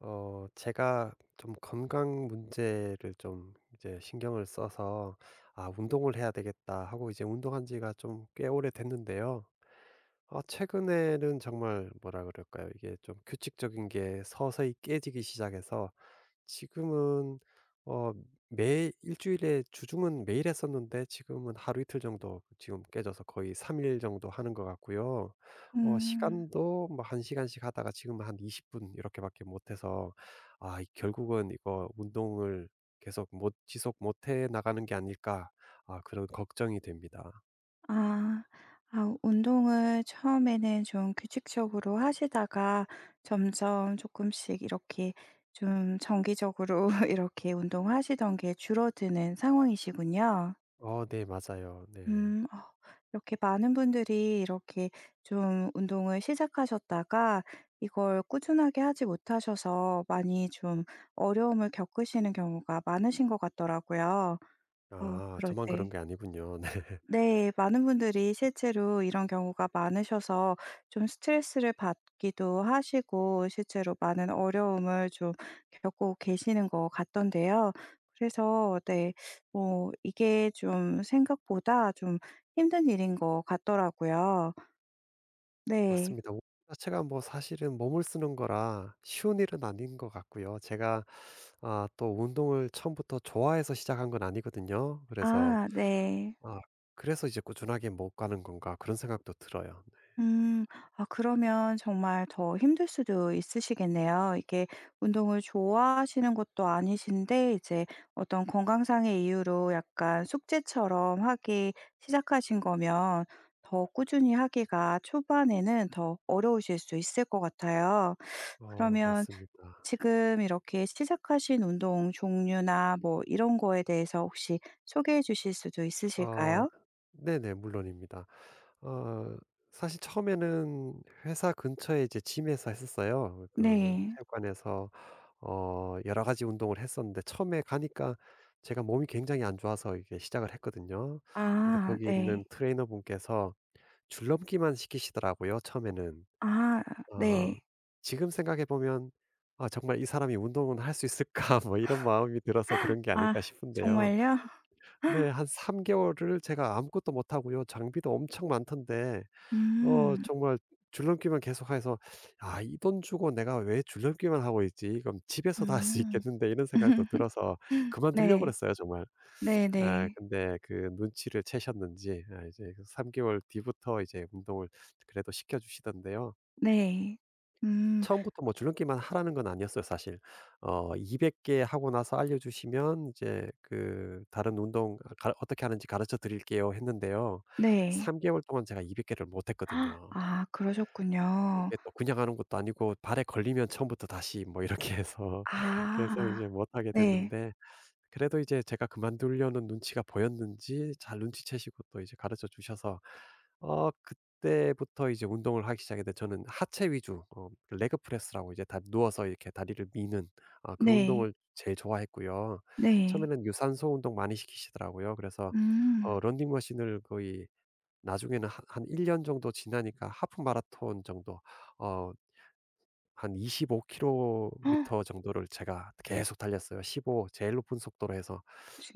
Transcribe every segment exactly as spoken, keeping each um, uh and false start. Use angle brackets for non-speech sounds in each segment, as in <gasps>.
어, 제가 좀 건강 문제를 좀 이제 신경을 써서, 아, 운동을 해야 되겠다 하고 이제 운동한 지가 좀 꽤 오래 됐는데요. 아 최근에는 정말 뭐라 그럴까요? 이게 좀 규칙적인 게 서서히 깨지기 시작해서 지금은 어 매 일주일에 주중은 매일 했었는데 지금은 하루 이틀 정도 지금 깨져서 거의 삼 일 정도 하는 것 같고요. 어 음. 시간도 뭐 한 시간씩 하다가 지금 한 이십 분 이렇게밖에 못 해서 '아 이 결국은 이거 운동을 계속 못 지속 못해 나가는 게 아닐까.' 아 그런 걱정이 됩니다. 아. 아 운동을 처음에는 좀 규칙적으로 하시다가 점점 조금씩 이렇게 좀 정기적으로 <laughs> 이렇게 운동하시던 게 줄어드는 상황이시군요. 어 네 맞아요. 네. 음. 어 이렇게 많은 분들이 이렇게 좀 운동을 시작하셨다가 이걸 꾸준하게 하지 못하셔서 많이 좀 어려움을 겪으시는 경우가 많으신 것 같더라고요. 어 아 그럴 저만 그런 때 게 아니군요. <laughs> 네. 네. 많은 분들이 실제로 이런 경우가 많으셔서 좀 스트레스를 받기도 하시고 실제로 많은 어려움을 좀 겪고 계시는 것 같던데요. 그래서 네. 뭐 이게 좀 생각보다 좀 힘든 일인 것 같더라고요. 네. 맞습니다. 옷 자체가 뭐 사실은 몸을 쓰는 거라 쉬운 일은 아닌 것 같고요. 제가 아 또 운동을 처음부터 좋아해서 시작한 건 아니거든요. 그래서 아 네. 아 그래서 이제 '꾸준하게 못 가는 건가.' 그런 생각도 들어요. 네. 음. 아 그러면 정말 더 힘들 수도 있으시겠네요. 이게 운동을 좋아하시는 것도 아니신데 이제 어떤 건강상의 이유로 약간 숙제처럼 하기 시작하신 거면 더 꾸준히 하기가 초반에는 더 어려우실 수 있을 것 같아요. 어 그러면 맞습니다. 지금 이렇게 시작하신 운동 종류나 뭐 이런 거에 대해서 혹시 소개해 주실 수도 아 있으실까요? 네네 물론입니다. 어 사실 처음에는 회사 근처에 이제 짐에서 했었어요. 그 네. 체육관에서 어 여러 가지 운동을 했었는데 처음에 가니까 제가 몸이 굉장히 안 좋아서 이게 시작을 했거든요. 근데 아 거기 있는 네. 트레이너분께서 줄넘기만 시키시더라고요, 처음에는. 아 네. 어 지금 생각해 보면 '아 정말 이 사람이 운동은 할 수 있을까?' <laughs> 뭐 이런 마음이 들어서 그런 게 아 아닐까 싶은데요. 정말요? 네. <gasps> 한 삼 개월을 제가 아무것도 못 하고요. 장비도 엄청 많던데 어 음. 정말 줄넘기만 계속해서 '아 이 돈 주고 내가 왜 줄넘기만 하고 있지? 그럼 집에서 다 할 수 음. 있겠는데.' 이런 생각도 <laughs> 들어서 그만두려고 네. 그랬어요 정말. 네네. 아 네. 근데 그 눈치를 채셨는지 아 이제 그 삼3 개월 뒤부터 이제 운동을 그래도 시켜 주시던데요. 네. 음 처음부터 뭐 줄넘기만 하라는 건 아니었어요 사실. 어 이백 개 하고 나서 알려주시면 이제 그 "다른 운동 가 어떻게 하는지 가르쳐 드릴게요." 했는데요. 네. 삼 개월 동안 제가 이백 개를 못 <gasps> 했거든요. 아 그러셨군요. 그게 또 그냥 하는 것도 아니고 발에 걸리면 처음부터 다시 뭐 이렇게 해서 <laughs> 계속 아. 이제 못 하게 네. 됐는데 그래도 이제 제가 그만두려는 눈치가 보였는지 잘 눈치채시고 또 이제 가르쳐 주셔서 어 그때부터 이제 운동을 하기 시작했는데 저는 하체 위주 어 그 레그 프레스라고 이제 다 누워서 이렇게 다리를 미는 아 그 네. 운동을 제일 좋아했고요. 네. 처음에는 유산소 운동 많이 시키시더라고요. 그래서 음. 어 런닝머신을 거의 나중에는 한 한 일 년 정도 지나니까 하프 마라톤 정도 어 한 이십오 킬로미터 <gasps> 정도를 제가 계속 달렸어요. 일오 제일 높은 속도로 해서.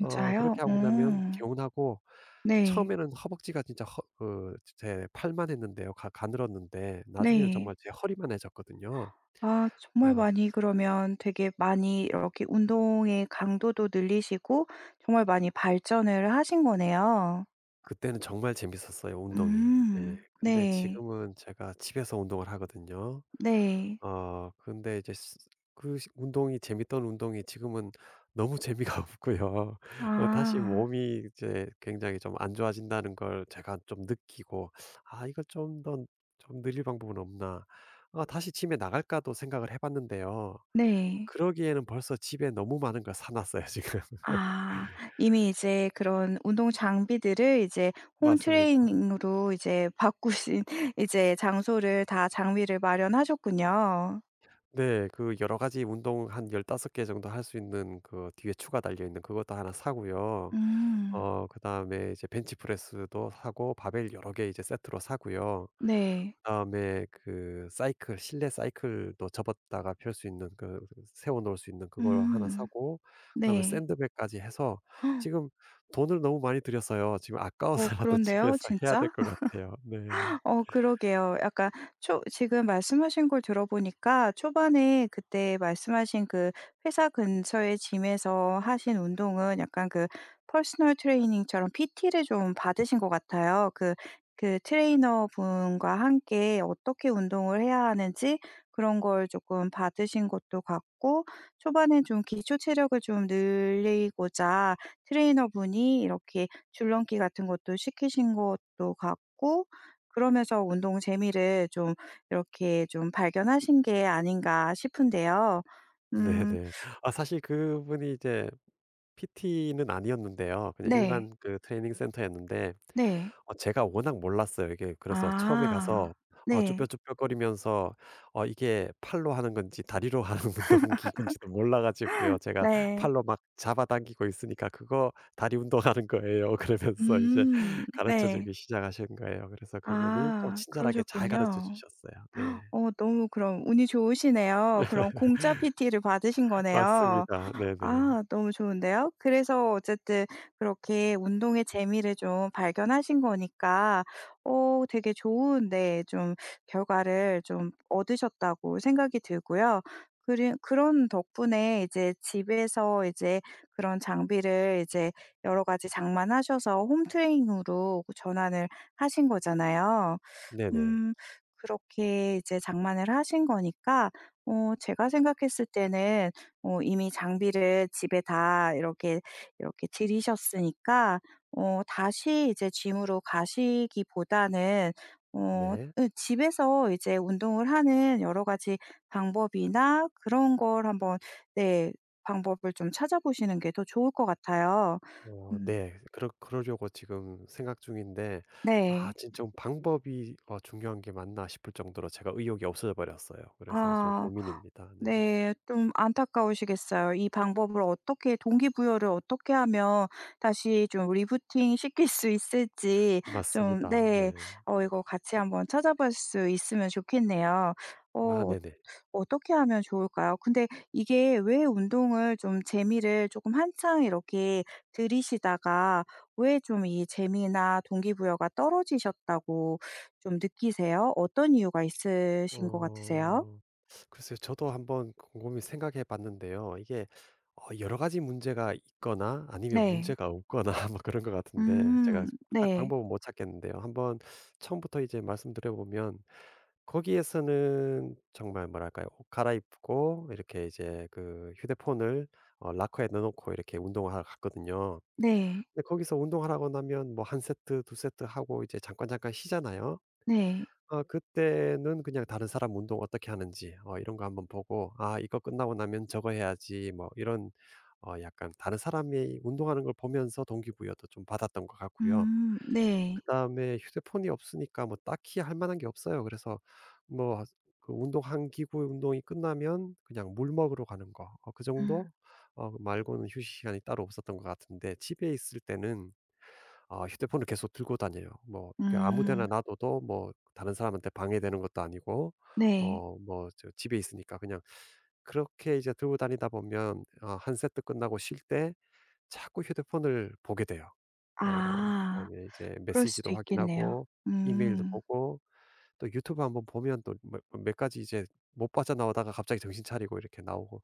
어 그렇게 하고 나면 어. 개운하고 네. 처음에는 허벅지가 진짜 허 그 제 팔만 했는데요. 가 가늘었는데 나중에는 네. 정말 제 허리만 해졌거든요. 아 정말 와 많이 그러면 되게 많이 이렇게 운동의 강도도 늘리시고 정말 많이 발전을 하신 거네요. 그때는 정말 재밌었어요 운동이. 네. 음. 근데 네. 지금은 제가 집에서 운동을 하거든요. 네. 아 근데 이제 스 그 시 운동이 재밌던 운동이 지금은 너무 재미가 <laughs> 없고요. 어 다시 아. 몸이 이제 굉장히 좀 안 좋아진다는 걸 제가 좀 느끼고 '아 이걸 좀 더 좀 늘릴 방법은 없나.' 아 다시 집에 나갈까도 생각을 해 봤는데요. 네. 그러기에는 벌써 집에 너무 많은 걸 사 놨어요 지금. <laughs> 아. 이미 이제 그런 운동 장비들을 이제 홈 맞습니다. 트레이닝으로 이제 바꾸신 <laughs> 이제 장소를 다 장비를 마련하셨군요. 네. 그 여러 가지 운동 한 열다섯 개 정도 할 수 있는 그 뒤에 추가 달려 있는 그것도 하나 사고요. 음. 어 그다음에 이제 벤치프레스도 사고 바벨 여러 개 이제 세트로 사고요. 네. 그다음에 그 사이클 실내 사이클도 접었다가 펼 수 있는 그 그 세워 놓을 수 있는 그걸 하나 음. 사고 그다음에 네. 샌드백까지 해서 <gasps> 지금 돈을 너무 많이 들였어요. 지금 어 아까워서라도 <laughs> 그런데요, 집에서 해야 될 진짜? 것 같아요. 네. 어 그러게요. 약간 초 지금 말씀하신 걸 들어보니까 초반에 그때 말씀하신 그 회사 근처의 짐에서 하신 운동은 약간 그 퍼스널 트레이닝처럼 피티를 좀 받으신 것 같아요. 그 그 트레이너분과 함께 어떻게 운동을 해야 하는지 그런 걸 조금 받으신 것도 같고 초반에 좀 기초 체력을 좀 늘리고자 트레이너분이 이렇게 줄넘기 같은 것도 시키신 것도 같고 그러면서 운동 재미를 좀 이렇게 좀 발견하신 게 아닌가 싶은데요. 음 네네. 아 사실 그분이 이제 피티는 아니었는데요. 그냥 네. 일반 그 트레이닝 센터였는데 네. 어 제가 워낙 몰랐어요. 이게 그래서 처음에 아. 가서 어 네. 쭈뼛쭈뼛거리면서 어 이게 팔로 하는 건지 다리로 하는 <laughs> 운동기구인지도 몰라 가지고요. 제가 네. 팔로 막 잡아당기고 있으니까 "그거 다리 운동하는 거예요." 그러면서 이제 음 <laughs> 가르쳐 네. 주기 시작하신 거예요. 그래서 그분이 좀 아 친절하게 잘 가르쳐 그러셨군요. 주셨어요. 네. 어 너무 그럼 운이 좋으시네요. 그럼 공짜 피티를 받으신 <laughs> 거네요. 맞습니다. 네네. 아 너무 좋은데요. 그래서 어쨌든 그렇게 운동의 재미를 좀 발견하신 거니까 어 되게 좋은 데 좀 결과를 좀 얻으셨다고 생각이 들고요. 그리 그런 덕분에 이제 집에서 이제 그런 장비를 이제 여러 가지 장만하셔서 홈 트레이닝으로 전환을 하신 거잖아요. 네네. 음 그렇게 이제 장만을 하신 거니까 어 제가 생각했을 때는 어 이미 장비를 집에 다 이렇게, 이렇게 들이셨으니까 어 다시 이제 gym으로 가시기보다는 어 네. 으 집에서 이제 운동을 하는 여러 가지 방법이나 그런 걸 한번 네 방법을 좀 찾아보시는 게 더 좋을 것 같아요. 어 음 네. 그러 그러려고 지금 생각 중인데 아 네. 진 좀 방법이 어 중요한 게 맞나 싶을 정도로 제가 의욕이 없어져 버렸어요. 그래서 좀 아. 고민입니다. 네. 네. 좀 안타까우시겠어요. 이 방법을 어떻게 동기부여를 어떻게 하면 다시 좀 리부팅 시킬 수 있을지 좀 맞습니다. 네. 네. 어 이거 같이 한번 찾아볼 수 있으면 좋겠네요. 어 아 어- 네네. 어떻게 하면 좋을까요? 근데 이게 왜 운동을 좀 재미를 조금 한창 이렇게 들이시다가 왜 좀 이 재미나 동기부여가 떨어지셨다고 좀 느끼세요? 어떤 이유가 있으신 것 같으세요? 어. 글쎄요. 저도 한번 곰곰이 생각해 봤는데요. 이게 어 여러 가지 문제가 있거나 아니면 네. 문제가 없거나 <laughs> 뭐 그런 것 같은데 제가 음. 딱 네. 방법은 못 찾겠는데요. 한번 처음부터 이제 말씀드려 보면 거기에서는 정말 뭐랄까요? 옷 갈아입고 이렇게 이제 그 휴대폰을 어커에 넣어 놓고 이렇게 운동을 하러 갔거든요. 네. 근데 거기서 운동하라고 나면 뭐 한 세트 두 세트 하고 이제 잠깐 잠깐 쉬잖아요. 네. 아 그때는 그냥 다른 사람 운동 어떻게 하는지 어 이런 거 한번 보고 '아 이거 끝나고 나면 저거 해야지.' 뭐 이런 어 약간 다른 사람이 운동하는 걸 보면서 동기부여도 좀 받았던 것 같고요. 음. 네. 그다음에 휴대폰이 없으니까 뭐 딱히 할 만한 게 없어요. 그래서 뭐 그 운동 한 기구 운동이 끝나면 그냥 물 먹으러 가는 거 어 그 음. 정도 어 그 말고는 휴식 시간이 따로 없었던 것 같은데 집에 있을 때는 아 휴대폰을 계속 들고 다녀요. 뭐 이게 아무 어. 데나 음. 놔둬도 뭐 다른 사람한테 방해되는 것도 아니고 네. 어 뭐 저 집에 있으니까 그냥 그렇게 이제 들고 다니다 보면 아 한 세트 끝나고 쉴 때 자꾸 휴대폰을 보게 돼요. 어 아. 그다음에 이제 그럴 수도 메시지도 있겠네요. 확인하고 이메일도 음. 보고 또 유튜브 한번 보면 또 뭐, 뭐 몇 가지 이제 못 빠져나오다가 갑자기 정신 차리고 이렇게 나오고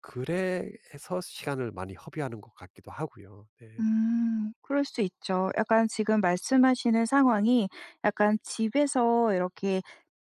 그래서 시간을 많이 허비하는 것 같기도 하고요. 네. 음. 그럴 수 있죠. 약간 지금 말씀하시는 상황이 약간 집에서 이렇게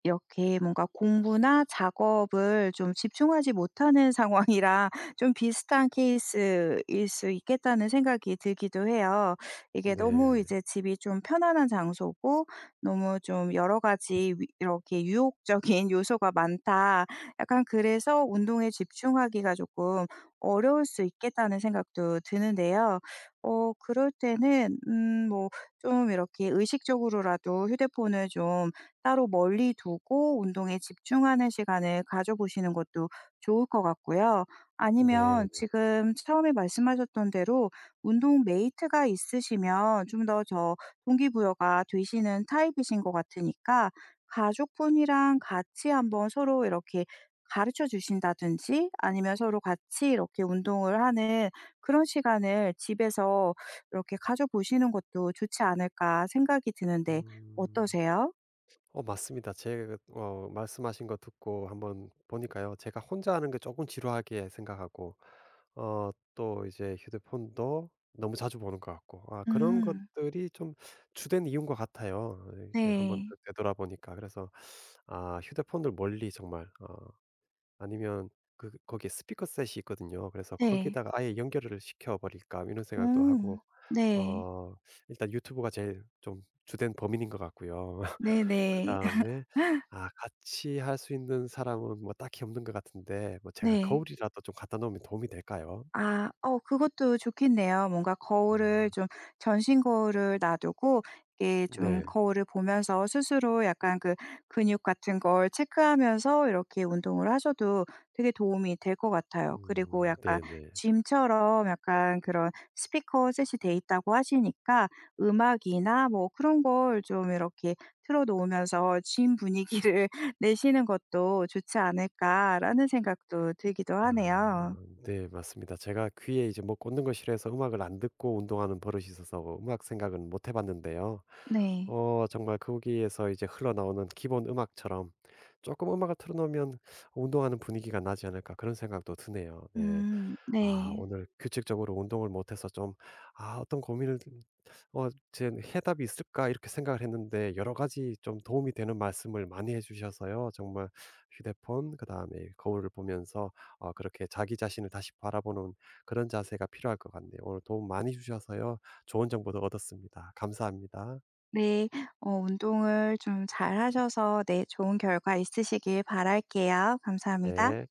이렇게 뭔가 공부나 작업을 좀 집중하지 못하는 상황이라 <laughs> 좀 비슷한 케이스일 수 있겠다는 생각이 들기도 해요. 이게 너무 네. 이제 집이 좀 편안한 장소고 너무 좀 여러 가지 위 이렇게 유혹적인 <laughs> 요소가 많다. 약간 그래서 운동에 집중하기가 조금 어려울 수 있겠다는 생각도 드는데요. 어 그럴 때는 음 뭐 좀 이렇게 의식적으로라도 휴대폰을 좀 따로 멀리 두고 운동에 집중하는 시간을 가져보시는 것도 좋을 것 같고요. 아니면 네네. 지금 처음에 말씀하셨던 대로 운동 메이트가 있으시면 좀 더 저 동기부여가 되시는 타입이신 것 같으니까 가족분이랑 같이 한번 서로 이렇게 가르쳐 주신다든지 아니면 서로 같이 이렇게 운동을 하는 그런 시간을 집에서 이렇게 가져보시는 것도 좋지 않을까 생각이 드는데 음. 어떠세요? 어 맞습니다. 제 어 말씀하신 거 듣고 한번 보니까요. 제가 혼자 하는 게 조금 지루하게 생각하고 어 또 이제 휴대폰도 너무 자주 보는 것 같고 아 그런 음. 것들이 좀 주된 이유인 것 같아요. 어 이제 한번 네. 되 되돌아보니까. 그래서 아 휴대폰을 멀리 정말 어 아니면 그 거기에 스피커 셋이 있거든요. 그래서 네. 거기다가 아예 연결을 시켜 버릴까 이런 어. 생각도 하고 네. 어 일단 유튜브가 제일 좀 주된 범인인 것 같고요. <laughs> 네네. 그다음에 <laughs> 아 같이 할 수 있는 사람은 뭐 딱히 없는 것 같은데 뭐 제가 네. 거울이라도 좀 갖다 놓으면 도움이 될까요? 아. 어 그것도 좋겠네요. 뭔가 어 거울을 좀 전신 거울을 놔두고 이게 좀 네. 거울을 보면서 스스로 약간 그 근육 같은 걸 체크하면서 이렇게 운동을 하셔도 되게 도움이 될 것 같아요. 그리고 음 약간 네네. 짐처럼 약간 그런 스피커 셋이 돼 있다고 하시니까 음악이나 뭐 그런 걸 좀 이렇게 틀어 놓으면서 짐 분위기를 <laughs> 내시는 것도 좋지 않을까.'라는 생각도 들기도 아 하네요. 네 맞습니다. 제가 귀에 이제 뭐 꽂는 걸 싫어해서 음악을 안 듣고 운동하는 버릇이 있어서 음악 생각은 못 해 봤는데요. 네. 어 정말 거기에서 이제 흘러나오는 기본 음악처럼 조금 음악을 틀어 놓으면 '운동하는 분위기가 나지 않을까.' 그런 생각도 드네요. 네. 음 아 네. 오늘 규칙적으로 운동을 못 해서 좀 '아 어떤 고민을 어 제 해답이 있을까?' 이렇게 생각을 했는데 여러 가지 좀 도움이 되는 말씀을 많이 해 주셔서요. 정말 휴대폰 그다음에 거울을 보면서 어 그렇게 자기 자신을 다시 바라보는 그런 자세가 필요할 것 같네요. 오늘 도움 많이 주셔서요. 좋은 정보도 얻었습니다. 감사합니다. 네. 어 운동을 좀 잘하셔서 네 좋은 결과 있으시길 바랄게요. 감사합니다. 네.